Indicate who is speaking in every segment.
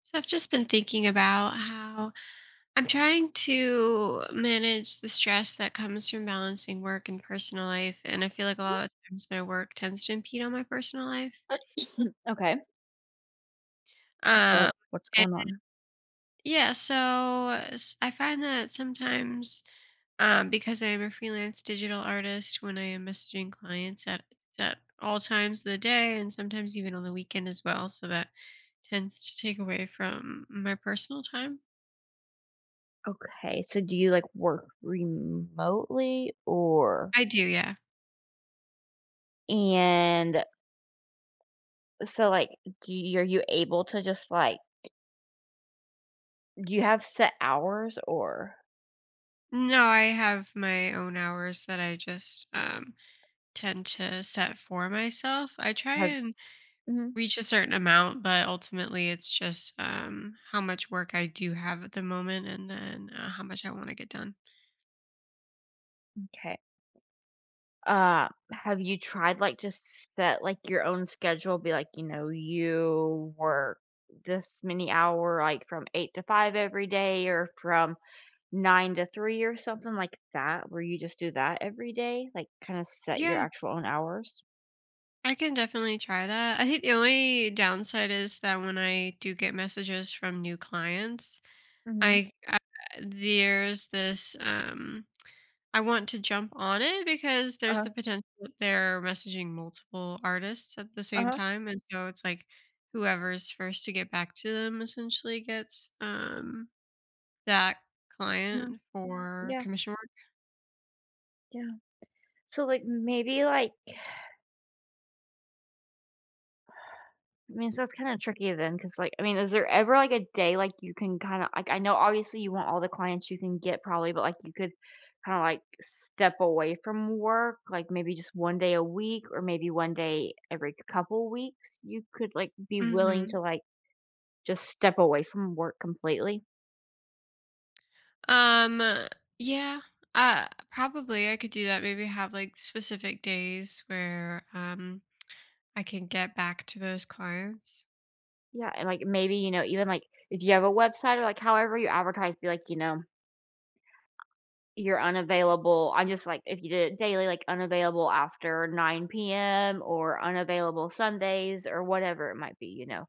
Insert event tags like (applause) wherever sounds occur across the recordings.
Speaker 1: So I've just been thinking about how I'm trying to manage the stress that comes from balancing work and personal life. And I feel like a lot of times my work tends to impede on my personal life.
Speaker 2: (coughs) Okay. So like,
Speaker 1: Um,
Speaker 2: what's
Speaker 1: and
Speaker 2: going on?
Speaker 1: yeah, so I find that sometimes because I am a freelance digital artist, when I am messaging clients at all times of the day and sometimes even on the weekend as well. So that tends to take away from my personal time.
Speaker 2: Okay, so do you like work remotely or
Speaker 1: I do, yeah.
Speaker 2: and so like are you able to just like do you have set hours or
Speaker 1: No, I have my own hours that I just tend to set for myself. I try
Speaker 2: have
Speaker 1: and
Speaker 2: hmm
Speaker 1: reach a certain amount, but ultimately it's just how much work I do have at the moment and then how much I want to get done.
Speaker 2: okay. Have you tried like just set like your own schedule be like, you know, you work this many hour like from 8 to 5 every day or from 9 to 3 or something like that, where you just do that every day, like, kinda set your
Speaker 1: Yeah,
Speaker 2: actual own hours?
Speaker 1: I can definitely try that. I think the only downside is that when I do get messages from new clients,
Speaker 2: Mhm.
Speaker 1: I there's this I want to jump on it because there's
Speaker 2: Uh-huh,
Speaker 1: the potential that they're messaging multiple artists at the same
Speaker 2: uh-huh.
Speaker 1: time, and so it's like whoever's first to get back to them essentially gets that
Speaker 2: Mhm.
Speaker 1: client for
Speaker 2: Yeah,
Speaker 1: commission work.
Speaker 2: yeah. So, like, maybe, like I mean, so that's kinda tricky then because like I mean, is there ever, like, a day, like, you can kinda like, I know obviously you want all the clients you can get probably, but, like, you could kinda, like, step away from work, like, maybe just 1 day a week or maybe 1 day every couple weeks, you could, like, be willing
Speaker 1: Mhm.
Speaker 2: to, like, just step away from work completely?
Speaker 1: Um, yeah, probably I could do that, maybe have, like, specific days where, I can get back to those clients.
Speaker 2: Yeah, and, like, maybe, you know, even, like, if you have a website or, like, however you advertise, be like, you know, "You're unavailable." I'm just, like, if you did it daily, like, "Unavailable after 9 p.m.," or "Unavailable Sundays," or whatever it might be, you know?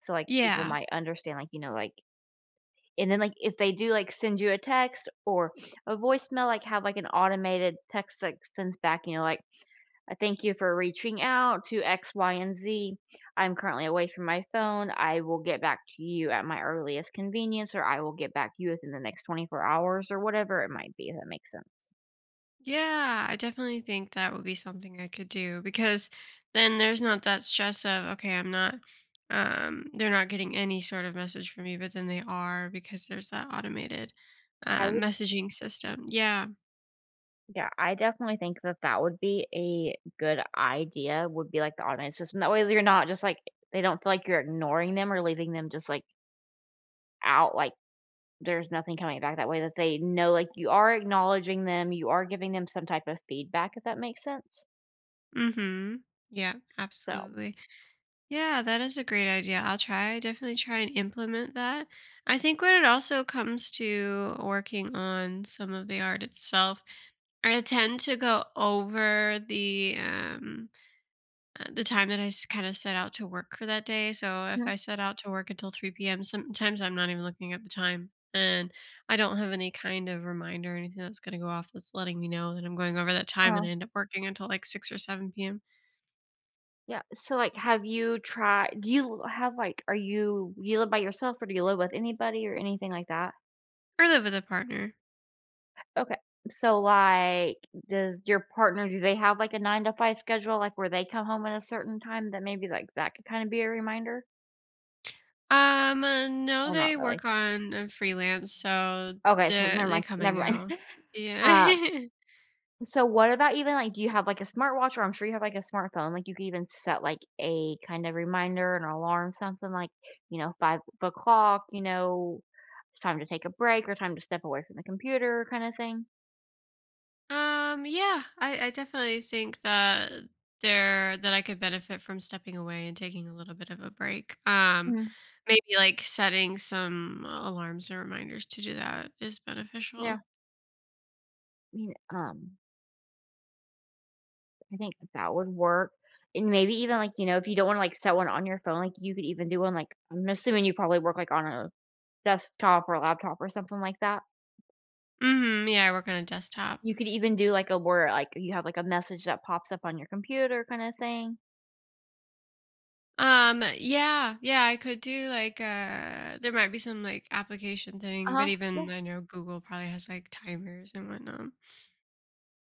Speaker 2: So, like, people
Speaker 1: Yeah.
Speaker 2: might understand, like, you know, like and then, like, if they do, like, send you a text or a voicemail, like, have, like, an automated text that sends back, you know, like, "I thank you for reaching out to X, Y, and Z. I'm currently away from my phone. I will get back to you at my earliest convenience, or I will get back to you within the next 24 hours," or whatever it might be, if that makes sense.
Speaker 1: Yeah, I definitely think that would be something I could do because then there's not that stress of, okay, I'm not, they're not getting any sort of message from me, but then they are because there's that automated
Speaker 2: I would
Speaker 1: messaging system. Yeah.
Speaker 2: yeah, I definitely think that that would be a good idea, would be, like, the automated system. That way you're not just, like they don't feel like you're ignoring them or leaving them just, like, out, like, there's nothing coming back that way that they know, like, you are acknowledging them, you are giving them some type of feedback, if that makes sense.
Speaker 1: Mm-hmm. Yeah,
Speaker 2: So
Speaker 1: absolutely. Yeah, that is a great idea. Definitely try and implement that. I think when it also comes to working on some of the art itself, I tend to go over the time that I kind of set out to work for that day. So if
Speaker 2: mhm.
Speaker 1: I set out to work until 3 p.m., sometimes I'm not even looking at the time. And I don't have any kind of reminder or anything that's going to go off that's letting me know that I'm going over that time and
Speaker 2: Uh-huh.
Speaker 1: I end up working until like 6 or 7 p.m.
Speaker 2: Yeah, so, like, have you tried do you have, like are you do you live by yourself or do you live with anybody or anything like that?
Speaker 1: Or live with a partner.
Speaker 2: Okay. So, like, does your partner do they have, like, a 9 to 5 schedule, like, where they come home at a certain time that maybe, like, that could kinda be a reminder?
Speaker 1: No,
Speaker 2: Or not
Speaker 1: they
Speaker 2: really?
Speaker 1: work on freelance, so
Speaker 2: Okay, so
Speaker 1: they
Speaker 2: never
Speaker 1: they
Speaker 2: mind,
Speaker 1: come and
Speaker 2: never mind.
Speaker 1: go.
Speaker 2: (laughs)
Speaker 1: Yeah. (laughs)
Speaker 2: So what about even, like, do you have, like, a smartwatch or I'm sure you have, like, a smartphone, like, you could even set, like, a kind of reminder, an alarm, something like, you know, 5 o'clock, you know, it's time to take a break or time to step away from the computer kinda thing?
Speaker 1: Yeah, I definitely think that there that I could benefit from stepping away and taking a little bit of a break.
Speaker 2: Mhm,
Speaker 1: Maybe like setting some alarms and reminders to do that is
Speaker 2: yeah.
Speaker 1: beneficial.
Speaker 2: I mean I think that would work, and maybe even, like, you know, if you don't wanna, like, set one on your phone, like, you could even do one, like I'm assuming you probably work, like, on a desktop or a laptop or something like that.
Speaker 1: Hmm. Yeah, I work on a desktop.
Speaker 2: You could even do, like, a where, like, you have, like, a message that pops up on your computer kinda thing.
Speaker 1: Yeah, yeah, I could do like there might be some like application thing, but
Speaker 2: Uh-huh. Yeah,
Speaker 1: even I know Google probably has like timers and whatnot.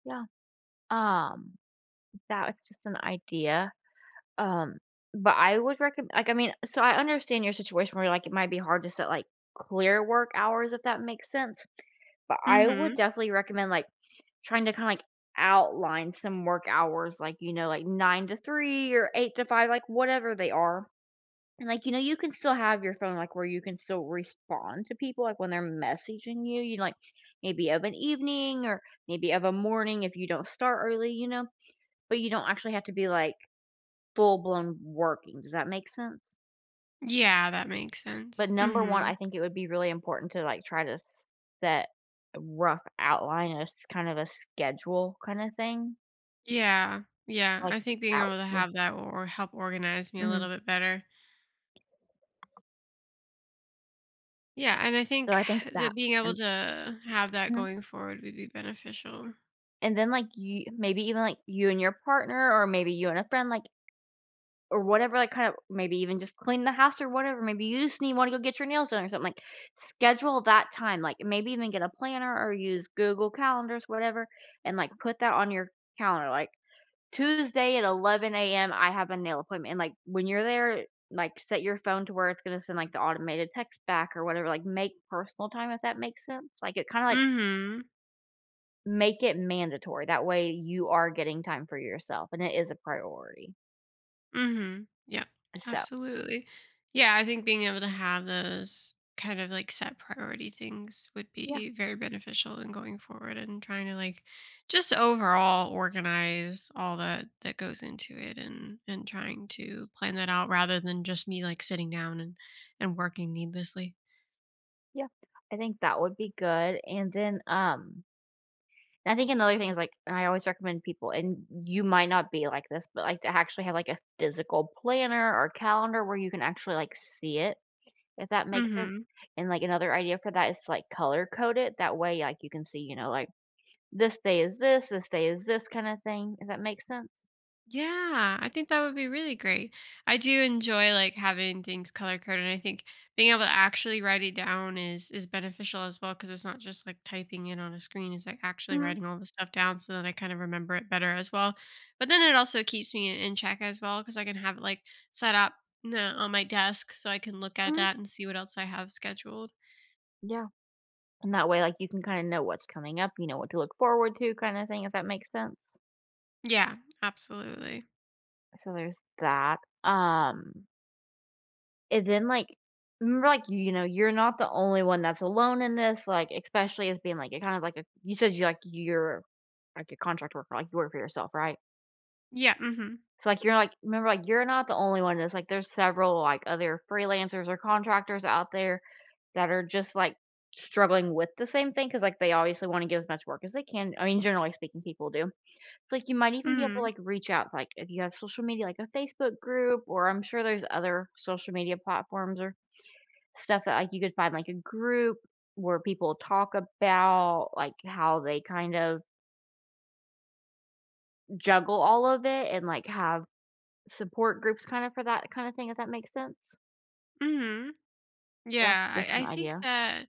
Speaker 2: yeah. Um, that was just an idea. Um, but I would recommend like I mean, so I understand your situation where like it might be hard to set like clear work hours if that makes sense. But I would
Speaker 1: Mm-hmm.
Speaker 2: definitely recommend like trying to kind of like outline some work hours like you know like 9 to 3 or 8 to 5 like whatever they are. And, like, you know, you can still have your phone, like, where you can still respond to people, like, when they're messaging you, you, like, maybe of an evening or maybe of a morning if you don't start early, you know? But you don't actually have to be, like, full blown working. Does that make sense?
Speaker 1: Yeah, that makes
Speaker 2: But
Speaker 1: sense.
Speaker 2: number 1,
Speaker 1: Mm-hmm.
Speaker 2: I think it would be really important to, like, try to set a rough outline, a s kind of a schedule kinda thing.
Speaker 1: Yeah, yeah,
Speaker 2: Like,
Speaker 1: I think being
Speaker 2: that
Speaker 1: able to
Speaker 2: would
Speaker 1: have that will or help organize me a
Speaker 2: mhm.
Speaker 1: little bit better. Yeah, and I
Speaker 2: So
Speaker 1: think
Speaker 2: I think that
Speaker 1: that being able
Speaker 2: and
Speaker 1: to have that
Speaker 2: mhm.
Speaker 1: going forward would be beneficial.
Speaker 2: And then, like, you maybe even, like, you and your partner or maybe you and a friend, like or whatever, like, kind of maybe even just clean the house or whatever, maybe you just need wanna go get your nails done or something, like, schedule that time, like, maybe even get a planner or use Google Calendars, whatever, and, like, put that on your calendar, like, "Tuesday at 11 a.m., I have a nail appointment," and, like, when you're there, like, set your phone to where it's gonna send, like, the automated text back or whatever, like, make personal time, if that makes sense? Like, it kinda, like,
Speaker 1: Mhm.
Speaker 2: make it mandatory, that way you are getting time for yourself, and it is a priority,
Speaker 1: Mhm. Yeah.
Speaker 2: so,
Speaker 1: Absolutely. Yeah, I think being able to have those kind of like set priority things would
Speaker 2: yeah.
Speaker 1: be very beneficial in going forward and trying to like just overall organize all that that goes into it and trying to plan that out rather than just me like sitting down and working needlessly.
Speaker 2: Yeah, I think that would be good, and then, I think another thing is, like and I always recommend people and you might not be like this, but, like, to actually have, like, a physical planner or calendar where you can actually, like, see it, if that makes sense,
Speaker 1: Mhm.
Speaker 2: and, like, another idea for that is to, like, color code it, that way, like, you can see, you know, like, this day is this, this day is this kinda thing, if that makes sense?
Speaker 1: Yeah, I think that would be really great. I do enjoy like having things color coded, and I think being able to actually write it down is beneficial as well because it's not just like typing it on a screen. It's like actually
Speaker 2: Mhm,
Speaker 1: writing all the stuff down, so that I kind of remember it better as well. But then it also keeps me in check as well because I can have it like set up on my desk so I can look at
Speaker 2: mhm,
Speaker 1: that and see what else I have scheduled.
Speaker 2: yeah, and that way, like, you can kinda know what's coming up, you know what to look forward to kinda thing, if that makes sense?
Speaker 1: Yeah, absolutely.
Speaker 2: So there's that, um and then, like, remember, like, you know, you're not the only one that's alone in this, like, especially as being, like, a kind of like a you said you like, you're, like, a contract worker, like, you work for yourself, right?
Speaker 1: Yeah. Mm-hmm.
Speaker 2: So, like, you're like remember, like, you're not the only one that's, like, there's several, like, other freelancers or contractors out there that are just, like, struggling with the same thing because, like, they obviously wanna get as much work as they can. I mean, generally speaking, people do. It's like you might even be able to,
Speaker 1: Mm-hmm.
Speaker 2: like, reach out, like, if you have social media, like a Facebook group, or I'm sure there's other social media platforms or stuff that, like, you could find, like, a group where people talk about, like, how they kind of juggle all of it and, like, have support groups kind of for that kind of thing, if that makes sense.
Speaker 1: Mm-hmm.
Speaker 2: That's
Speaker 1: Yeah,
Speaker 2: just
Speaker 1: I,
Speaker 2: an
Speaker 1: I think
Speaker 2: idea.
Speaker 1: that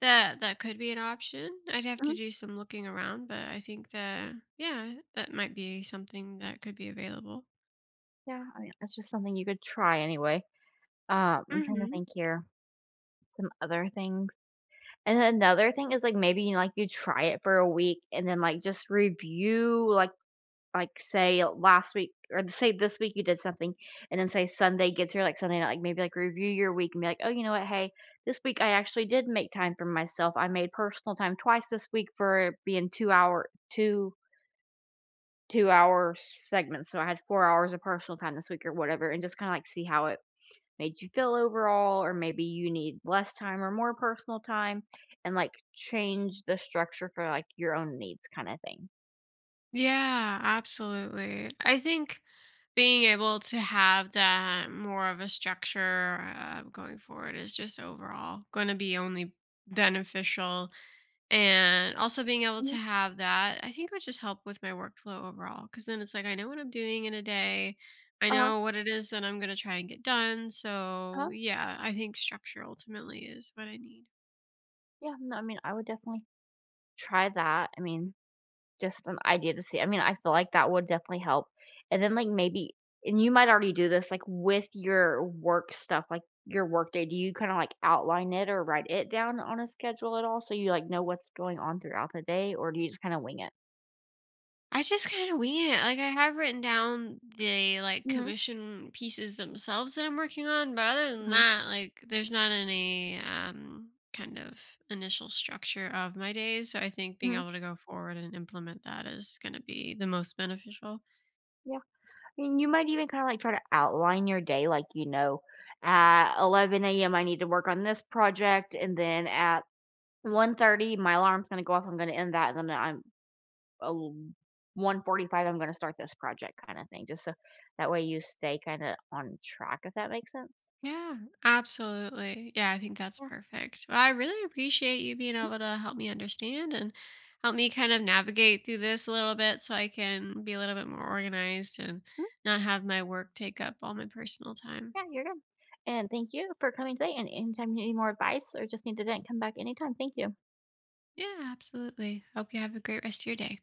Speaker 1: That that could be an option. I'd have
Speaker 2: Mhm.
Speaker 1: to do some looking around, but I think that yeah, that might be something that could be available.
Speaker 2: Yeah, I mean, that's just something you could try anyway. I'm trying to
Speaker 1: Hmm.
Speaker 2: think here, some other things. And then another thing is, like, maybe, you know, like, you try it for a week and then, like, just review, like say last week or say this week you did something and then say Sunday gets here like Sunday night, like maybe like review your week and be like, oh, you know what? Hey, this week I actually did make time for myself. I made personal time twice this week for being 2 hour segments. So I had 4 hours of personal time this week or whatever. And just kind of like see how it made you feel overall, or maybe you need less time or more personal time and like change the structure for like your own needs kind of thing.
Speaker 1: Yeah, absolutely. I think being able to have that more of a structure going forward is just overall going to be only beneficial. And also being able to
Speaker 2: Hmm.
Speaker 1: have that, I think would just help with my workflow overall. Cause then it's like, I know what I'm doing in a day. I
Speaker 2: Uh
Speaker 1: know what it is that I'm going to try and get done. So
Speaker 2: huh.
Speaker 1: yeah, I think structure ultimately is what I need.
Speaker 2: Yeah. No, I mean, I would definitely try that, I mean, just an idea to see I mean, I feel like that would definitely help, and then, like, maybe and you might already do this, like, with your work stuff, like, your work day. Do you kinda, like, outline it or write it down on a schedule at all so you, like, know what's going on throughout the day, or do you just kinda wing it?
Speaker 1: I just kind of wing it. Like I have written down the like
Speaker 2: Mhm,
Speaker 1: commission pieces themselves that I'm working on, but other than
Speaker 2: mhm,
Speaker 1: that, like there's not any kind of initial structure of my days. So I think being
Speaker 2: mhm,
Speaker 1: able to go forward and implement that is going to be the most beneficial.
Speaker 2: yeah, I mean, you might even kinda, like, try to outline your day, like, you know, at 11 a.m., I need to work on this project, and then at 1:30, my alarm's gonna go off, I'm gonna end that, and then I'm oh, 1:45, I'm gonna start this project kinda thing, just so that way you stay kinda on track, if that makes sense.
Speaker 1: Yeah, absolutely. Yeah, I think that's
Speaker 2: Yeah.
Speaker 1: perfect. Well, I really appreciate you being able to help me understand and help me kind of navigate through this a little bit so I can be a little bit more organized and
Speaker 2: Mhm.
Speaker 1: not have my work take up all my personal time.
Speaker 2: Yeah, you're good. And thank you for coming today, and anytime you need more advice or just need to vent, come back anytime. Thank you.
Speaker 1: Yeah, absolutely. Hope you have a great rest of your day.